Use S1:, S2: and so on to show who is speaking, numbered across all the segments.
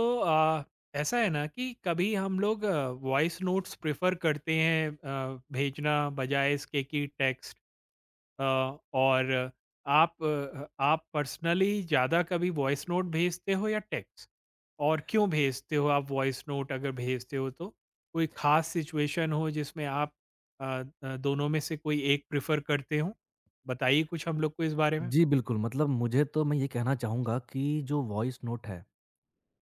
S1: तो ऐसा है ना कि कभी हम लोग वॉइस नोट्स प्रेफर करते हैं भेजना, बजाय इसके कि टेक्स्ट। और आप आप पर्सनली ज़्यादा कभी वॉइस नोट भेजते हो या टेक्स्ट? और क्यों भेजते हो आप वॉइस नोट, अगर भेजते हो तो? कोई खास सिचुएशन हो जिसमें आप आ, दोनों में से कोई एक प्रेफर करते हो? बताइए कुछ हम लोग को इस बारे में।
S2: जी, बिल्कुल, मतलब मुझे तो मैं ये कहना चाहूँगा कि जो वॉइस नोट है,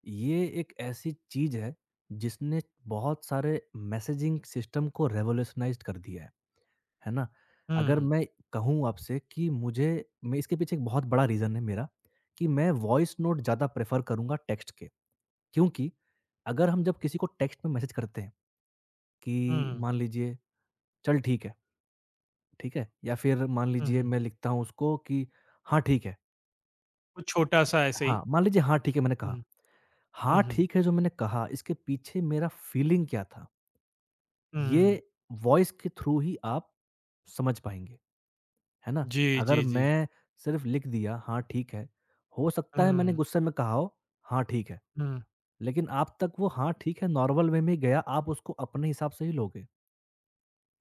S2: ये एक ऐसी चीज़ है, जिसने बहुत सारे मैसेजिंग सिस्टम को रिवॉल्यूशनाइज़्ड कर दिया है ना? अगर
S1: हम्म,
S2: मैं कहूँ आपसे कि मुझे मैं इसके पीछे एक बहुत बड़ा रीज़न है मेरा, कि मैं वॉइस नोट ज़्यादा प्रेफ़र करूँगा टेक्स्ट के। क्योंकि अगर हम जब किसी को टेक्स्ट में मैसेज करते हैं कि
S1: हम्म,
S2: मान लीजिए, "चल ठीक है," ठीक है? या फिर मान
S1: हम्म,
S2: लीजिए मैं लिखता हूँ उसको कि, "हाँ, ठीक है।"
S1: कुछ छोटा सा ऐसे ही।
S2: हाँ, मान लीजिए हाँ, ठीक है मैंने
S1: हम्म,
S2: कहा। हाँ,
S1: हम्म, हम्म,
S2: ठीक है जो मैंने कहा, इसके पीछे मेरा फ़ीलिंग क्या था?
S1: हम्म।
S2: ये वॉइस के थ्रू ही आप समझ पाएँगे, है ना?
S1: जी,
S2: अगर
S1: जी, जी।
S2: मैं सिर्फ़ लिख दिया हाँ, ठीक है, हो सकता है मैंने
S1: हुँ,
S2: गुस्से में कहा हो, हाँ, ठीक है,
S1: हुँ,
S2: लेकिन आप तक वो हाँ, ठीक है नॉर्मल वे में ही गया, आप उसको अपने हिसाब से ही लोगे,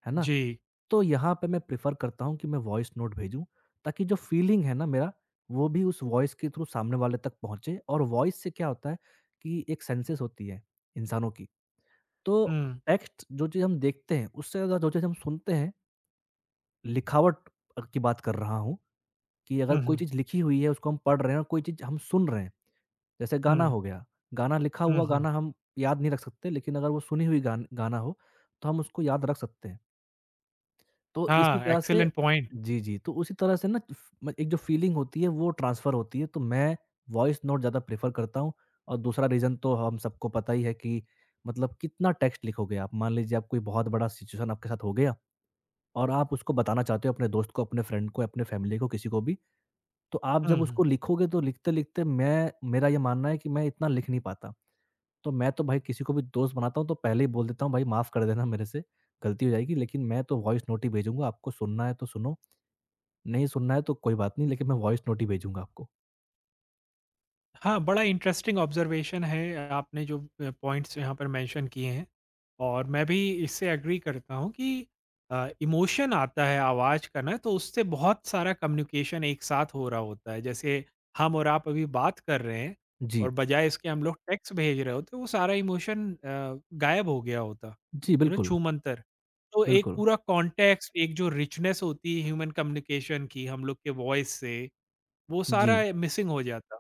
S2: है ना?
S1: जी।
S2: तो यहाँ पे मैं प्रेफ़र करता हूँ कि मैं वॉइस नोट भेजूँ, ताकि जो फ़ीलिंग है ना मेरा, वो भी उस वॉइस के थ्रू सामने वाले तक पहुँचे और वॉइस से क्या होता है कि एक सेंसेस होती है इंसानों की, तो
S1: हुँ,
S2: टेक्स्ट जो चीज़ हम देखते हैं, उससे अगर जो चीज़ हम सुनते हैं, लिखावट की बात कर रहा हूँ कि अगर
S1: हुँ,
S2: कोई
S1: हुँ,
S2: चीज़ लिखी हुई है, उसको हम पढ़ रहे हैं और कोई चीज़ हम सुन रहे हैं, जैसे गाना
S1: हुँ,
S2: हो गया, गाना लिखा
S1: हुँ,
S2: हुआ
S1: हुँ।
S2: गाना हम याद नहीं रख सकते, लेकिन अगर वो सुनी हुई गान गाना हो, तो हम उसको याद रख सकते हैं। तो इसी
S1: हाँ,
S2: तरह से
S1: एक्सीलेंट पॉइंट।
S2: जी, जी, तो उसी तरह से ना एक जो फ़ीलिंग होती है वो ट्रांसफ़र होती है, तो मैं वॉइस नोट ज़्यादा प्रेफ़र करता हूँ और दूसरा रीज़न तो हम सबको पता ही है कि मतलब कितना टेक्स्ट लिखोगे आप। मान लीजिए आप कोई बहुत बड़ा सिचुएशन आपके साथ हो गया और आप उसको बताना चाहते हो अपने दोस्त को, अपने फ्रेंड को, अपने फैमिली को, किसी को भी, तो आप
S1: हुँ,
S2: जब
S1: हुँ।
S2: उसको लिखोगे तो लिखते-लिखते मैं मेरा ये मानना है कि मैं इतना लिख नहीं पाता। तो मैं तो भाई किसी को भी दोस्त बनाता हूँ तो पहले ही बोल देता हूँ भाई माफ़ कर देना मेरे से गलती हो जाएगी, लेकिन मैं तो वॉइस नोट ही भेजूँगा, आपको सुनना है तो सुनो नहीं सुनना है तो कोई बात नहीं, लेकिन मैं वॉइस नोट ही भेजूँगा आपको।
S1: हाँ, बड़ा इंटरेस्टिंग ऑब्जर्वेशन है, आपने जो पॉइंट्स यहाँ पर मेंशन किए हैं। और मैं भी इससे एग्री करता हूँ कि इमोशन आता है आवाज़ का ना, तो उससे बहुत सारा कम्युनिकेशन एक साथ हो रहा होता है। जैसे हम और आप अभी बात कर रहे हैं,
S2: जी।
S1: और बजाय इसके हम लोग टेक्स्ट भेज रहे होते, वो सारा इमोशन गायब हो गया होता।
S2: जी, बिल्कुल,
S1: छूमंतर। तो एक
S2: बिल्कुल।
S1: पूरा कॉन्टेक्स्ट, एक जो रिचनेस होती है ह्यूमन कम्युनिकेशन की हम लोग के वॉइस से, वो सारा
S2: जी,
S1: मिसिंग हो जाता।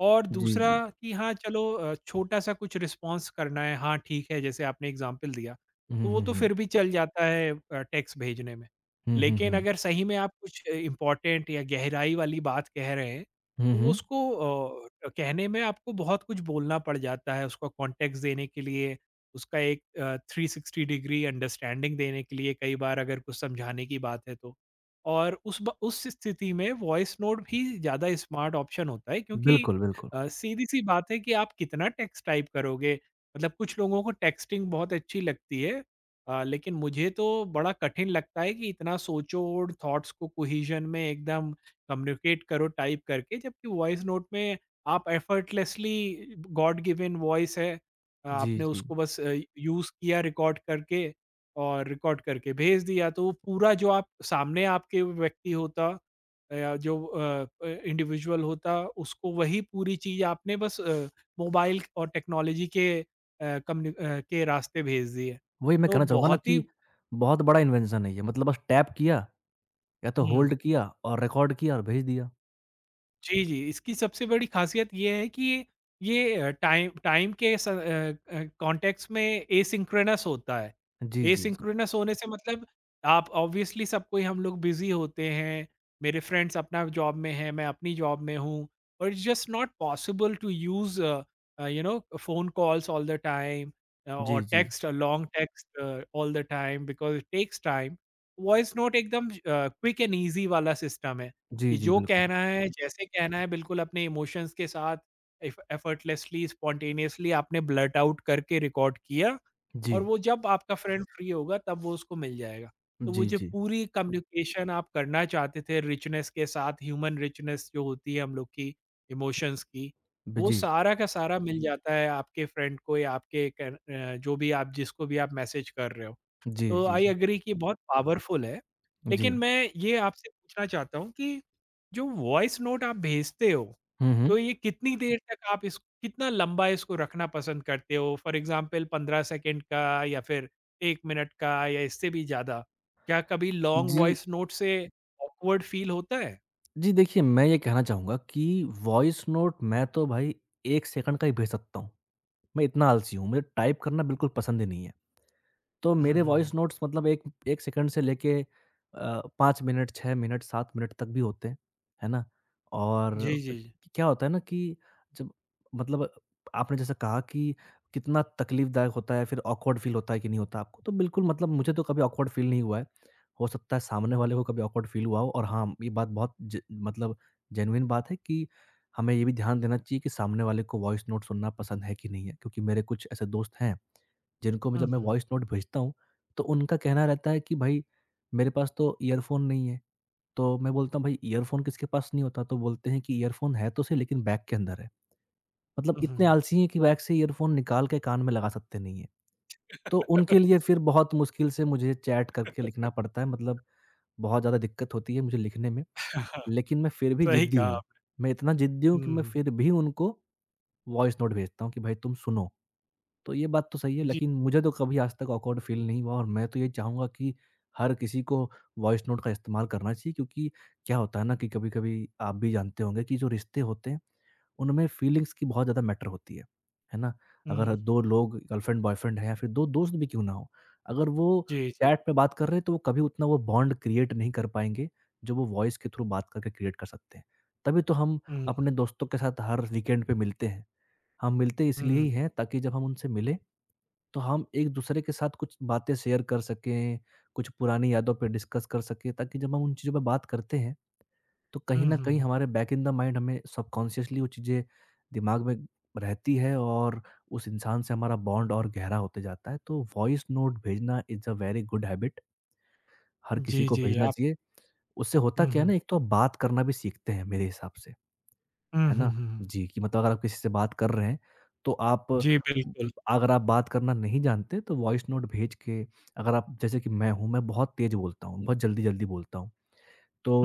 S1: और
S2: जी,
S1: दूसरा
S2: जी, जी।
S1: कि हाँ, चलो छोटा-सा कुछ रिस्पॉन्स करना है, हाँ ठीक है, जैसे आपने एग्ज़ाम्पल दिया, तो
S2: हुँ,
S1: वो
S2: हुँ,
S1: तो
S2: हुँ।
S1: फिर भी चल जाता है टेक्स्ट भेजने में।
S2: हुँ, हुँ,
S1: लेकिन
S2: हुँ।
S1: अगर सही में आप कुछ इम्पोर्टेंट या गहराई वाली बात कह रहे हैं,
S2: हुँ,
S1: तो वो
S2: हुँ।
S1: उसको कहने में आपको बहुत कुछ बोलना पड़ जाता है, उसको कॉन्टेक्स्ट देने के लिए, उसका एक 360 डिग्री अंडरस्टैंडिंग देने के लिए, कई बार अगर कुछ समझाने की बात है तो। और उस स्थिति में वॉइस नोट भी ज़्यादा स्मार्ट ऑप्शन होता है, क्योंकि
S2: बिल्कुल, बिल्कुल।
S1: सीधी-सी बात है कि आप कितना टेक्स्ट टाइप करोगे? मतलब कुछ लोगों को टेक्स्टिंग बहुत अच्छी लगती है, लेकिन मुझे तो बड़ा कठिन लगता है कि इतना सोचो और थॉट्स को कोहेजन में एकदम कम्युनिकेट करो टाइप करके, जबकि वॉइस नोट में आप एफर्टलेसली, गॉड गिवन वॉइस है,
S2: जी,
S1: आपने
S2: जी।
S1: उसको बस यूज़ किया रिकॉर्ड करके और रिकॉर्ड करके भेज दिया, तो वो पूरा जो आप सामने आपके व्यक्ति होता, या जो इंडिविजुअल होता, उसको वही पूरी चीज़ आपने बस मोबाइल और टेक्नोलॉजी के के रास्ते भेज दी है।
S2: वही मैं
S1: तो
S2: कहना चाहूँगा ना
S1: बहुत ही।
S2: कि बहुत बड़ा इन्वेंशन है ये, मतलब बस टैप किया या तो
S1: हुँ।
S2: होल्ड किया और रिकॉर्ड किया और भेज दिया।
S1: जी, जी। इसकी सबसे बड़ी ख़ासियत ये है कि ये टाइम टाइम के स अ अ, कॉन्टेक्स्ट में एसिंक्रोनस होता है।
S2: जी, जी, जी।
S1: एसिंक्रोनस होने से मतलब, आप ऑब्वियसली सब कोई हम लोग बिज़ी होते हैं, मेरे फ्रेंड्स अपना जॉब में हैं, मैं अपनी जॉब में हूँ, और it's just not possible to use phone calls all the time, और
S2: जी, जी।
S1: Text, long text, all the time, because it takes time. Voice note एकदम क्विक एंड ईज़ी वाला सिस्टम है। कि
S2: जी, जी,
S1: जो
S2: बिल्कुल।
S1: कहना है, जैसे कहना है बिल्कुल अपने इमोशंस के साथ एफ एफर्टलेसली, स्पॉन्टेनियसली आपने ब्लर्ट आउट करके रिकॉर्ड किया, और
S2: जी।
S1: वो जब आपका फ्रेंड फ्री होगा तब वो उसको मिल जाएगा। तो वो
S2: जी,
S1: जो
S2: जी।
S1: पूरी कम्युनिकेशन आप करना चाहते थे रिचनेस के साथ, ह्यूमन रिचनेस जो होती है हम लोग की, इमोशंस की,
S2: ब
S1: वो
S2: जी।
S1: सारा का सारा मिल जाता है आपके फ्रेंड को, या जो भी आप, जिसको भी आप मैसेज कर रहे हो।
S2: जी,
S1: तो
S2: जी,
S1: आई
S2: जी।
S1: एग्री कि बहुत पावरफुल है।
S2: जी।
S1: लेकिन मैं ये आपसे पूछना चाहता हूँ कि जो वॉइस नोट आप भेजते हो,
S2: हुँ,
S1: तो
S2: हुँ।
S1: ये कितनी देर तक आप, इस कितना लंबा इसको रखना पसंद करते हो? फॉर एग्ज़ाम्पल 15 सेकंड का, या फिर 1 मिनट का, या इससे भी ज़्यादा? क्या कभी लॉन्ग
S2: जी।
S1: वॉइस नोट से ऑकवर्ड फील होता है?
S2: जी, देखिए, मैं ये कहना चाहूँगा कि वॉइस नोट मैं तो भाई 1 सेकंड का ही भेज सकता हूँ। मैं इतना आलसी हूँ, मुझे टाइप करना बिल्कुल पसंद ही नहीं है। तो
S1: हुँ, हुँ,
S2: मेरे
S1: हुँ, हुँ।
S2: वॉइस नोट्स मतलब 1 सेकंड से लेके 5 मिनट, 6 मिनट, 7 मिनट तक भी होते हैं, है ना?
S1: जी,
S2: और
S1: जी, जी।
S2: क्या होता है ना कि जब मतलब आपने जैसा कहा कि कितना तकलीफ़दायक होता है, फिर ऑकवर्ड फ़ील होता है कि नहीं होता आपको? तो बिल्कुल मतलब मुझे तो कभी ऑकवर्ड फ़ील नहीं हुआ है। हो सकता है सामने वाले को कभी ऑकवर्ड फ़ील हुआ हो और हाँ, ये बात बहुत ज मतलब जेनुइन बात है कि हमें ये भी ध्यान देना चाहिए कि सामने वाले को वॉइस नोट सुनना पसंद है कि नहीं है? क्योंकि मेरे कुछ ऐसे दोस्त हैं जिनको मैं
S1: हुँ,
S2: जब मैं
S1: हुँ, हुँ।
S2: वॉइस नोट भेजता हूँ, तो उनका कहना रहता है कि भाई मेरे पास तो ईयरफ़ोन नहीं है। तो मैं बोलता हूँ भाई ईयरफ़ोन किसके पास नहीं होता? तो बोलते हैं कि ईयरफ़ोन है तो सही लेकिन बैग के अंदर है। मतलब
S1: हुँ, हुँ,
S2: इतने
S1: हुँ।
S2: आलसी हैं कि बैग से ईयरफ़ोन निकाल के कान में लगा सकते नहीं हैं। तो उनके लिए फिर बहुत मुश्किल से मुझे चैट करके लिखना पड़ता है मतलब बहुत ज़्यादा दिक्कत होती है मुझे लिखने में। लेकिन मैं फिर भी
S1: सही
S2: ज़िद्दी
S1: कहा
S2: हूँ।
S1: आप।
S2: मैं इतना ज़िद्दी हूँ कि
S1: हुँ,
S2: मैं
S1: हुँ।
S2: फिर भी उनको वॉइस नोट भेजता हूँ कि भाई तुम सुनो। तो ये बात तो सही है,
S1: जी।
S2: लेकिन मुझे तो कभी आज तक ऑकवर्ड फ़ील नहीं हुआ और मैं तो ये चाहूँगा कि हर किसी को वॉइस नोट का इस्तेमाल करना चाहिए क्योंकि क्या होता है ना कि कभी-कभी आप भी जानते होंगे कि जो रिश्ते होते हैं, उनमें फ़ीलिंग्स की बहुत ज़्यादा मैटर होती है। है ना?
S1: हुँ।
S2: अगर 2 लोग गर्लफ्रेंड-बॉयफ्रेंड हैं या फिर 2 दोस्त भी क्यों ना हों, अगर वो
S1: जी, जी।
S2: चैट पे बात कर रहे हैं तो वो कभी उतना वो बॉन्ड क्रिएट नहीं कर पाएँगे, जो वो वॉइस के थ्रू बात करके क्रिएट कर सकते हैं। तभी तो हम
S1: हुँ,
S2: अपने दोस्तों के साथ हर वीकेंड पे मिलते हैं। हम मिलते इसलिए
S1: हुँ।
S2: ही हैं ताकि जब हम उनसे मिलें तो हम एक-दूसरे के साथ कुछ बातें शेयर कर सकें, कुछ पुरानी यादों पे डिस्कस कर सकें ताकि जब हम उन चीज़ों पे बात करते हैं, तो कहीं
S1: हुँ,
S2: न
S1: हुँ,
S2: कहीं
S1: हुँ।
S2: हमारे बैक इन द माइंड हमें सबकॉन्शियसली वो चीज़ें दिमाग में रहती है और उस इंसान से हमारा बॉन्ड और गहरा होते जाता है। तो वॉइस नोट भेजना is a very good habit हर
S1: जी,
S2: किसी को
S1: जी,
S2: भेजना
S1: आप।
S2: चाहिए। उससे होता
S1: हुँ,
S2: क्या है
S1: हुँ।
S2: ना, एक तो आप बात करना भी सीखते हैं मेरे हिसाब से।
S1: हुँ,
S2: है
S1: हुँ,
S2: ना?
S1: हुँ, हुँ।
S2: जी, कि मतलब अगर आप किसी से बात कर रहे हैं, तो आप
S1: जी, बिल्कुल।
S2: अगर आप बात करना नहीं जानते तो वॉइस नोट भेज के अगर आप जैसे कि मैं हूँ, मैं बहुत तेज़ बोलता हूँ, बहुत जल्दी-जल्दी बोलता हूँ।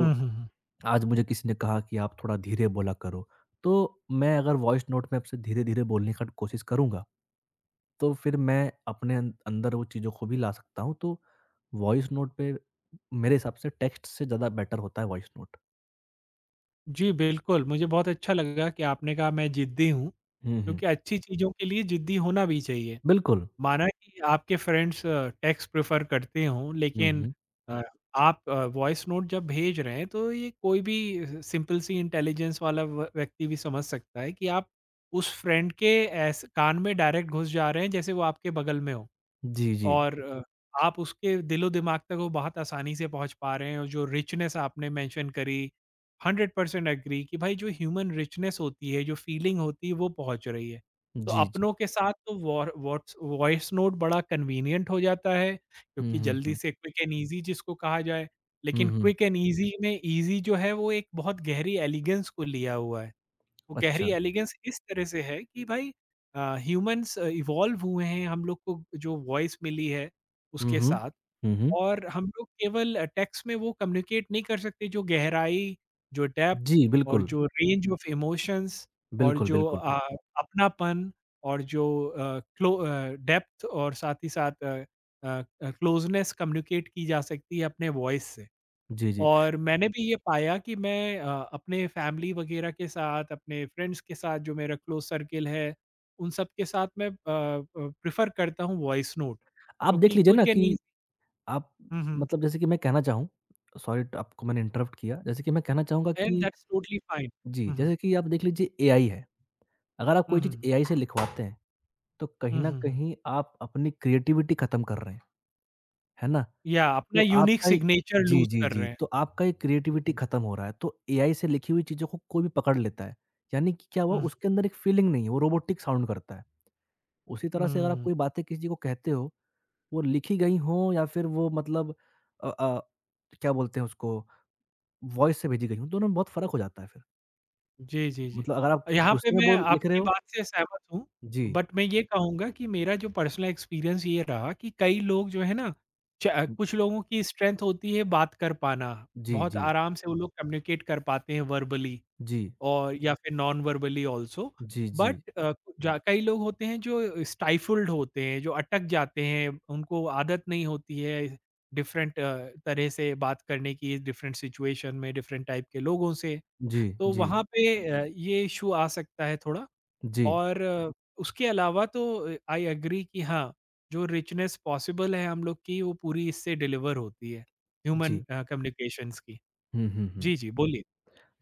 S1: हुँ, हुँ, हुँ।
S2: आज मुझे किसी ने कहा कि आप थोड़ा धीरे बोला करो, तो मैं अगर वॉइस नोट में आपसे धीरे-धीरे बोलने का कोशिश करूँगा, तो फिर मैं अपने अंदर वो चीज़ों को भी ला सकता हूँ। तो वॉइस नोट पे मेरे हिसाब से टेक्स्ट से ज़्यादा बेटर होता है वॉइस नोट।
S1: जी, बिल्कुल, मुझे बहुत अच्छा लगा कि आपने कहा मैं ज़िद्दी हूँ,
S2: हुँ, हुँ।
S1: क्योंकि अच्छी चीज़ों के लिए ज़िद्दी होना भी चाहिए।
S2: बिल्कुल।
S1: माना कि आपके फ्रेंड्स टेक्स्ट प्रेफ़र करते हों,
S2: हुँ,
S1: लेकिन
S2: हुँ।
S1: अ, आप वॉइस नोट जब भेज रहे हैं, तो ये कोई भी सिंपल सी इंटेलिजेंस वाला व व्यक्ति भी समझ सकता है कि आप उस फ्रेंड के ऐस कान में डायरेक्ट घुस जा रहे हैं, जैसे वो आपके बगल में हो।
S2: जी, जी।
S1: और आप उसके दिलो-दिमाग तक वो बहुत आसानी से पहुँच पा रहे हैं, और जो रिचनेस आपने मेंशन करी, 100% एग्री कि भाई जो ह्यूमन रिचनेस होती है, जो फीलिंग होती है, वो पहुँच रही है। तो
S2: जी, जी।
S1: अपनों के साथ तो वॉर वॉट्स वॉइस नोट बड़ा कन्वीनिएंट हो जाता है,
S2: हुँ,
S1: क्योंकि
S2: हुँ,
S1: जल्दी
S2: हुँ।
S1: से, क्विक एंड ईज़ी जिसको कहा जाए,
S2: हुँ,
S1: लेकिन
S2: हुँ।
S1: क्विक एंड ईज़ी में ईज़ी जो है, वो एक बहुत गहरी एलिगेंस को लिया हुआ है। वो गहरी
S2: अच्छा।
S1: एलिगेंस इस तरह से है कि भाई, ह्यूमंस इवॉल्व हुए हैं हम लोग को जो वॉइस मिली है
S2: हुँ,
S1: उसके
S2: हुँ।
S1: साथ,
S2: हुँ, हुँ।
S1: और हम लोग केवल टेक्स्ट में वो कम्युनिकेट नहीं कर सकते जो गहराई, जो डेप्थ,
S2: जी,
S1: और
S2: बिल्कुल।
S1: जो रेंज ऑफ इमोशंस, और
S2: बिल्कुल,
S1: जो
S2: बिल्कुल।
S1: अपनापन, और जो डेप्थ, और साथ ही साथ क्लोजनेस कम्युनिकेट की जा सकती है अपने वॉइस से।
S2: जी, जी।
S1: और मैंने भी ये पाया कि मैं अपने फैमिली वगैरह के साथ, अपने फ्रेंड्स के साथ, जो मेरा क्लोज़ सर्किल है, उन सब के साथ मैं प्रेफ़र करता हूँ वॉइस नोट,
S2: आप देख
S1: क्योंकि
S2: लीजिए ना
S1: क्विक एंड ईज़ी।
S2: कि आप
S1: हुँ, हुँ,
S2: मतलब जैसे कि मैं कहना चाहूँ सॉरी ट आपको मैंने इंटरप्ट किया। जैसे कि मैं कहना चाहूँगा
S1: एंड
S2: कि
S1: दैट्स टोटली फाइन।
S2: जी,
S1: हुँ, हुँ,
S2: जैसे कि आप देख लीजिए एआई है। अगर आप
S1: हुँ,
S2: कोई चीज़
S1: हुँ,
S2: एआई से लिखवाते हैं, तो कहीं
S1: हुँ,
S2: न
S1: हुँ, हुँ।
S2: कहीं आप अपनी क्रिएटिविटी खत्म कर रहे हैं, है ना? तो
S1: या अपना यूनिक
S2: आपका ये
S1: सिग्नेचर
S2: जी,
S1: लूज़
S2: जी,
S1: कर रहे
S2: जी।
S1: हैं।
S2: तो आपका ये
S1: हुँ,
S2: क्रिएटिविटी
S1: हुँ,
S2: खत्म हो रहा है। तो एआई से लिखी हुई चीज़ों को कोई भी पकड़ लेता है। यानी कि क्या हुआ
S1: हुँ,
S2: उसके अंदर एक फीलिंग नहीं है, वो रोबोटिक साउंड करता है। उसी तरह से अगर आप
S1: हुँ।
S2: कोई बातें किसी को कहते हो, वो लिखी गई हों या फिर वो मतलब अ अ, क्या बोलते हैं उसको, वॉइस से भेजी गई हों, दोनों में बहुत फ़र्क हो जाता है फिर।
S1: जी, जी, जी।
S2: मतलब अगर आप
S1: यहाँ, हाँ, पे
S2: गुस्से में
S1: मैं
S2: बोल लिख रहे
S1: आपकी
S2: हो
S1: बात से सहमत हूँ,
S2: जी।
S1: बट मैं ये कहूँगा कि मेरा जो पर्सनल एक्सपीरियंस ये रहा कि कई लोग जो है ना, च कुछ लोगों की स्ट्रेंथ होती है बात कर पाना,
S2: जी, जी,
S1: बहुत
S2: जी,
S1: आराम से वो लोग कम्युनिकेट कर पाते हैं वर्बली, और या फिर नॉन वर्बली ऑल्सो।
S2: जी, जी,
S1: बट जा कई लोग होते हैं जो स्टाइफ़ल्ड होते हैं, जो अटक जाते हैं, उनको आदत नहीं होती है डिफरेंट तरह से बात करने की, डिफरेंट सिचुएशन में, डिफरेंट टाइप के लोगों से।
S2: जी,
S1: तो
S2: जी,
S1: वहाँ पे ये इश्यू आ सकता है थोड़ा,
S2: जी,
S1: और उसके अलावा तो, आई एग्री कि हाँ, जो रिचनेस पॉसिबल है हम लोग की, वो पूरी इससे डिलीवर होती है, ह्यूमन
S2: जी।
S1: कम्युनिकेशंस की।
S2: हुँ, हुँ, हुँ।
S1: जी, जी, बोलिए।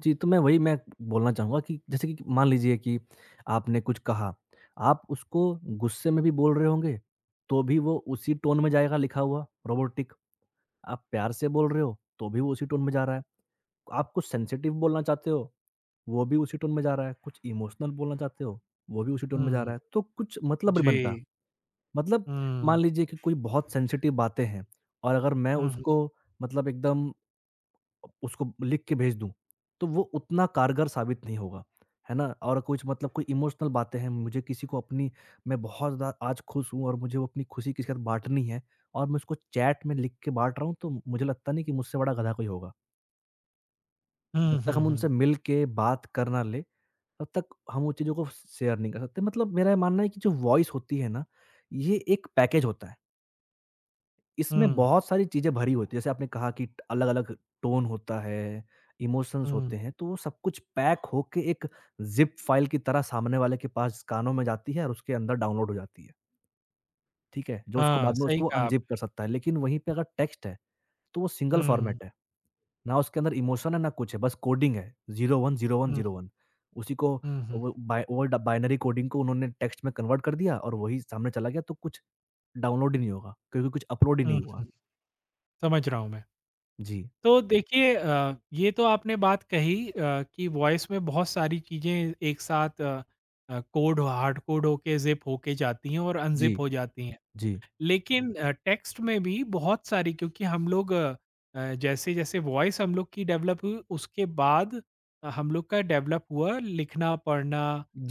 S2: जी, तो मैं वही मैं बोलना चाहूँगा कि जैसे कि मान लीजिए कि आपने कुछ कहा, आप उसको गुस्से में भी बोल रहे होंगे, तो भी वो उसी टोन में जाएगा लिखा हुआ, रोबोटिक। आप प्यार से बोल रहे हो, तो भी वो उसी टोन में जा रहा है। आप कुछ सेंसिटिव बोलना चाहते हो, वो भी उसी टोन में जा रहा है। कुछ इमोशनल बोलना चाहते हो, वो भी उसी टोन में जा
S1: हुँ,
S2: रहा है। तो कुछ मतलब नहीं बनता।
S1: जी।
S2: मतलब मान
S1: हुँ,
S2: लीजिए कि कोई बहुत सेंसिटिव बातें हैं और अगर मैं
S1: हुँ, हुँ।
S2: उसको मतलब एकदम उसको लिख के भेज दूँ, तो वो उतना कारगर साबित नहीं होगा, है ना? और कुछ मतलब कोई इमोशनल बातें हैं, मुझे किसी को अपनी मैं बहुत ज़्यादा आज खुश हूँ और मुझे वो अपनी खुशी किसी के साथ बाँटनी है और मैं उसको चैट में लिख के बाँट रहा हूँ, तो मुझे लगता नहीं कि मुझसे बड़ा गधा कोई होगा।
S1: हुँ,
S2: जब तक
S1: हुँ,
S2: हम
S1: हुँ।
S2: उनसे मिल के बात कर ना लें, तब तक हम वो चीज़ों को शेयर नहीं कर सकते। मतलब मेरा ये मानना है कि जो वॉइस होती है ना, ये एक पैकेज होता है। इसमें
S1: हुँ,
S2: बहुत सारी चीज़ें भरी होती हैं। जैसे आपने कहा कि अलग-अलग टोन होता है, इमोशंस
S1: हुँ।
S2: होते हैं, तो वो सब कुछ पैक होके एक ज़िप फाइल की तरह सामने वाले के पास कानों में जाती है और उसके अंदर डाउनलोड हो जाती है। ठीक है? जो उसको
S1: हाँ,
S2: बाद में
S1: सही
S2: उसको
S1: कहा आपने।
S2: अनज़िप कर सकता है। लेकिन वहीं पे अगर टेक्स्ट है, तो वो सिंगल
S1: हुँ,
S2: फ़ॉर्मेट है। ना उसके अंदर इमोशन है, ना कुछ है, बस कोडिंग है
S1: हुँ,
S2: 010101 उसी को
S1: हुँ, हुँ,
S2: वो बाइ ओल्ड बाइनरी कोडिंग को उन्होंने टेक्स्ट में कन्वर्ट कर दिया और वही सामने चला गया, तो कुछ डाउनलोड ही नहीं होगा, क्योंकि कुछ अपलोड ही
S1: हुँ,
S2: नहीं हुआ।
S1: हुँ। समझ रहा हूँ मैं।
S2: जी।
S1: तो देखिए ये तो आपने बात कही कि वॉइस में बहुत सारी चीज़ें एक साथ कोड हार्ड कोड होके, ज़िप होके जाती हैं, और
S2: जी।
S1: अनज़िप हो जाती हैं।
S2: जी,
S1: लेकिन टेक्स्ट में भी बहुत सारी, क्योंकि हम लोग जैसे-जैसे वॉइस हम लोग की डेवलप हुई, उसके बाद हम लोग का डेवलप हुआ लिखना, पढ़ना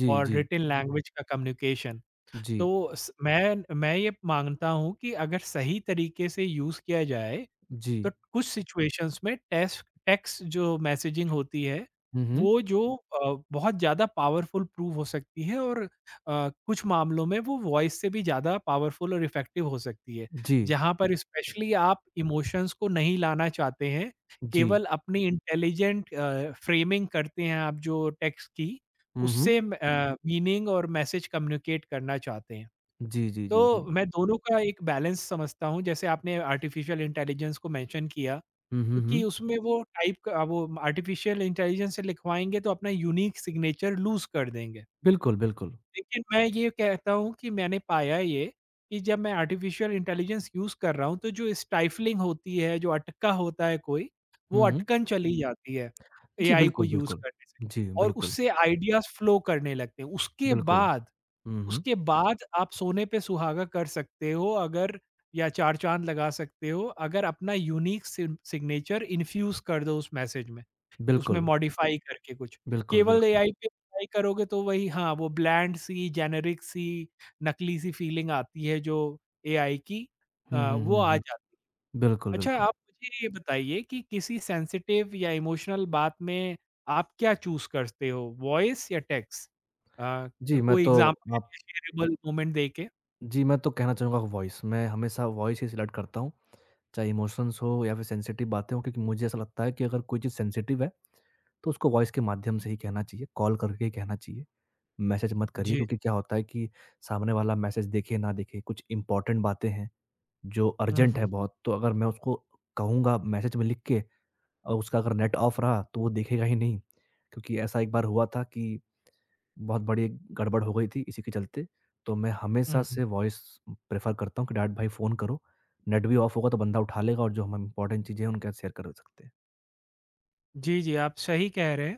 S2: जी,
S1: और
S2: जी,
S1: रिटन लैंग्वेज का कम्युनिकेशन।
S2: जी,
S1: तो स मैं ये मानता हूँ कि अगर सही तरीके से यूज़ किया जाए
S2: जी।
S1: तो कुछ सिचुएशंस में टेक्स्ट टेक्स्ट जो मैसेजिंग होती है,
S2: हुँ, हुँ।
S1: वो जो बहुत ज़्यादा पावरफुल प्रूव हो सकती है, और कुछ मामलों में वो वॉइस से भी ज़्यादा पावरफुल और इफ़ेक्टिव हो सकती है।
S2: जी,
S1: जहाँ पर स्पेशली आप इमोशंस को नहीं लाना चाहते हैं,
S2: जी।
S1: केवल अपनी इंटेलिजेंट फ्रेमिंग करते हैं आप जो टेक्स्ट की,
S2: हुँ, हुँ।
S1: उससे मीनिंग और मैसेज कम्युनिकेट करना चाहते हैं।
S2: जी, जी, जी,
S1: तो
S2: जी।
S1: मैं दोनों का एक बैलेंस समझता हूँ, जैसे आपने आर्टिफ़िशियल इंटेलिजेंस को मेंशन किया।
S2: हुँ, हुँ,
S1: क्योंकि
S2: हुँ।
S1: उसमें वो टाइप का वो आर्टिफिशियल इंटेलिजेंस से लिखवाएँगे तो अपना यूनिक सिग्नेचर लूज़ कर देंगे।
S2: बिल्कुल, बिल्कुल।
S1: लेकिन मैं ये कहता हूँ कि मैंने पाया ये कि जब मैं आर्टिफिशियल इंटेलिजेंस यूज़ कर रहा हूँ, तो जो स्टाइफलिंग होती है, जो अटका होता है कोई, वो
S2: हुँ, हुँ।
S1: अटकन चली जाती है
S2: जी,
S1: एआई को
S2: बिल्कुल,
S1: यूज़
S2: बिल्कुल।
S1: करने से,
S2: जी,
S1: और
S2: बिल्कुल,
S1: उससे आइडियाज़ फ्लो करने लगते हैं।
S2: बिल्कुल। हुँ, हुँ।
S1: उसके बाद आप सोने पे सुहागा कर सकते हो, अगर या चार चांद लगा सकते हो, अगर अपना यूनिक सिग्नेचर इन्फ्यूज कर दो उस मैसेज में, उसमें
S2: बिल्कुल,
S1: मॉडिफाई करके कुछ।
S2: बिल्कुल,
S1: केवल
S2: बिल्कुल।
S1: एआई पे ट्राई करोगे तो वही, हाँ, वो ब्लैंड सी, जेनेरिक सी, नकली सी फीलिंग आती है जो एआई की
S2: हुँ, हुँ,
S1: वो
S2: हुँ,
S1: आ
S2: हुँ।
S1: जाती है।
S2: बिल्कुल,
S1: अच्छा,
S2: बिल्कुल।
S1: आप मुझे ये बताइए कि किसी सेंसिटिव या इमोशनल बात में आप क्या चूज़ करते हो, वॉइस या टेक्स्ट?
S2: जी, मैं
S1: कोई
S2: तो
S1: एग्ज़ाम्पल
S2: आप
S1: या शेयरेबल मोमेंट देके?
S2: जी, मैं तो कहना चाहूँगा वॉइस। मैं हमेशा वॉइस ही सिलेक्ट करता हूँ, चाहे इमोशंस हो या फिर सेंसिटिव बातें हों क्योंकि मुझे ऐसा लगता है कि अगर कोई चीज़ सेंसिटिव है, तो उसको वॉइस के माध्यम से ही कहना चाहिए, कॉल करके ही कहना चाहिए। मैसेज मत करिए
S1: जी।
S2: क्योंकि क्या होता है कि सामने वाला मैसेज देखे ना देखे कुछ इंपॉर्टेंट बातें हैं जो
S1: हुँ,
S2: अर्जेंट है
S1: हुँ,
S2: बहुत तो अगर मैं उसको कहूँगा मैसेज में लिख के और उसका अगर नेट ऑफ रहा तो वो देखेगा ही नहीं क्योंकि ऐसा एक बार हुआ था कि बहुत बड़ी एक गड़बड़ हो गई थी इसी के चलते तो मैं हमेशा
S1: हुँ, हुँ।
S2: से वॉइस प्रेफर करता हूँ कि डैड भाई फ़ोन करो नेट भी ऑफ होगा तो बंदा उठा लेगा और जो हम इंपॉर्टेंट चीज़ें हैं उनके साथ शेयर कर सकते हैं
S1: जी, जी, आप सही कह रहे हैं,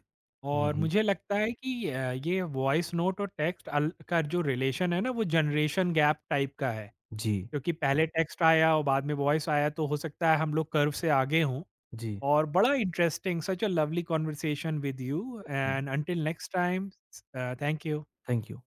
S2: हम्म
S1: और
S2: हम्म,
S1: मुझे लगता है कि ये वॉइस नोट और टेक्स्ट अल का जो रिलेशन है ना, वो जनरेशन गैप टाइप का है,
S2: जी
S1: क्योंकि पहले टेक्स्ट आया और बाद में वॉइस आया, तो हो सकता है हम लोग कर्व से आगे हों।
S2: जी
S1: Or, but a interesting, such a lovely conversation with you. And until next time, thank you.
S2: Thank you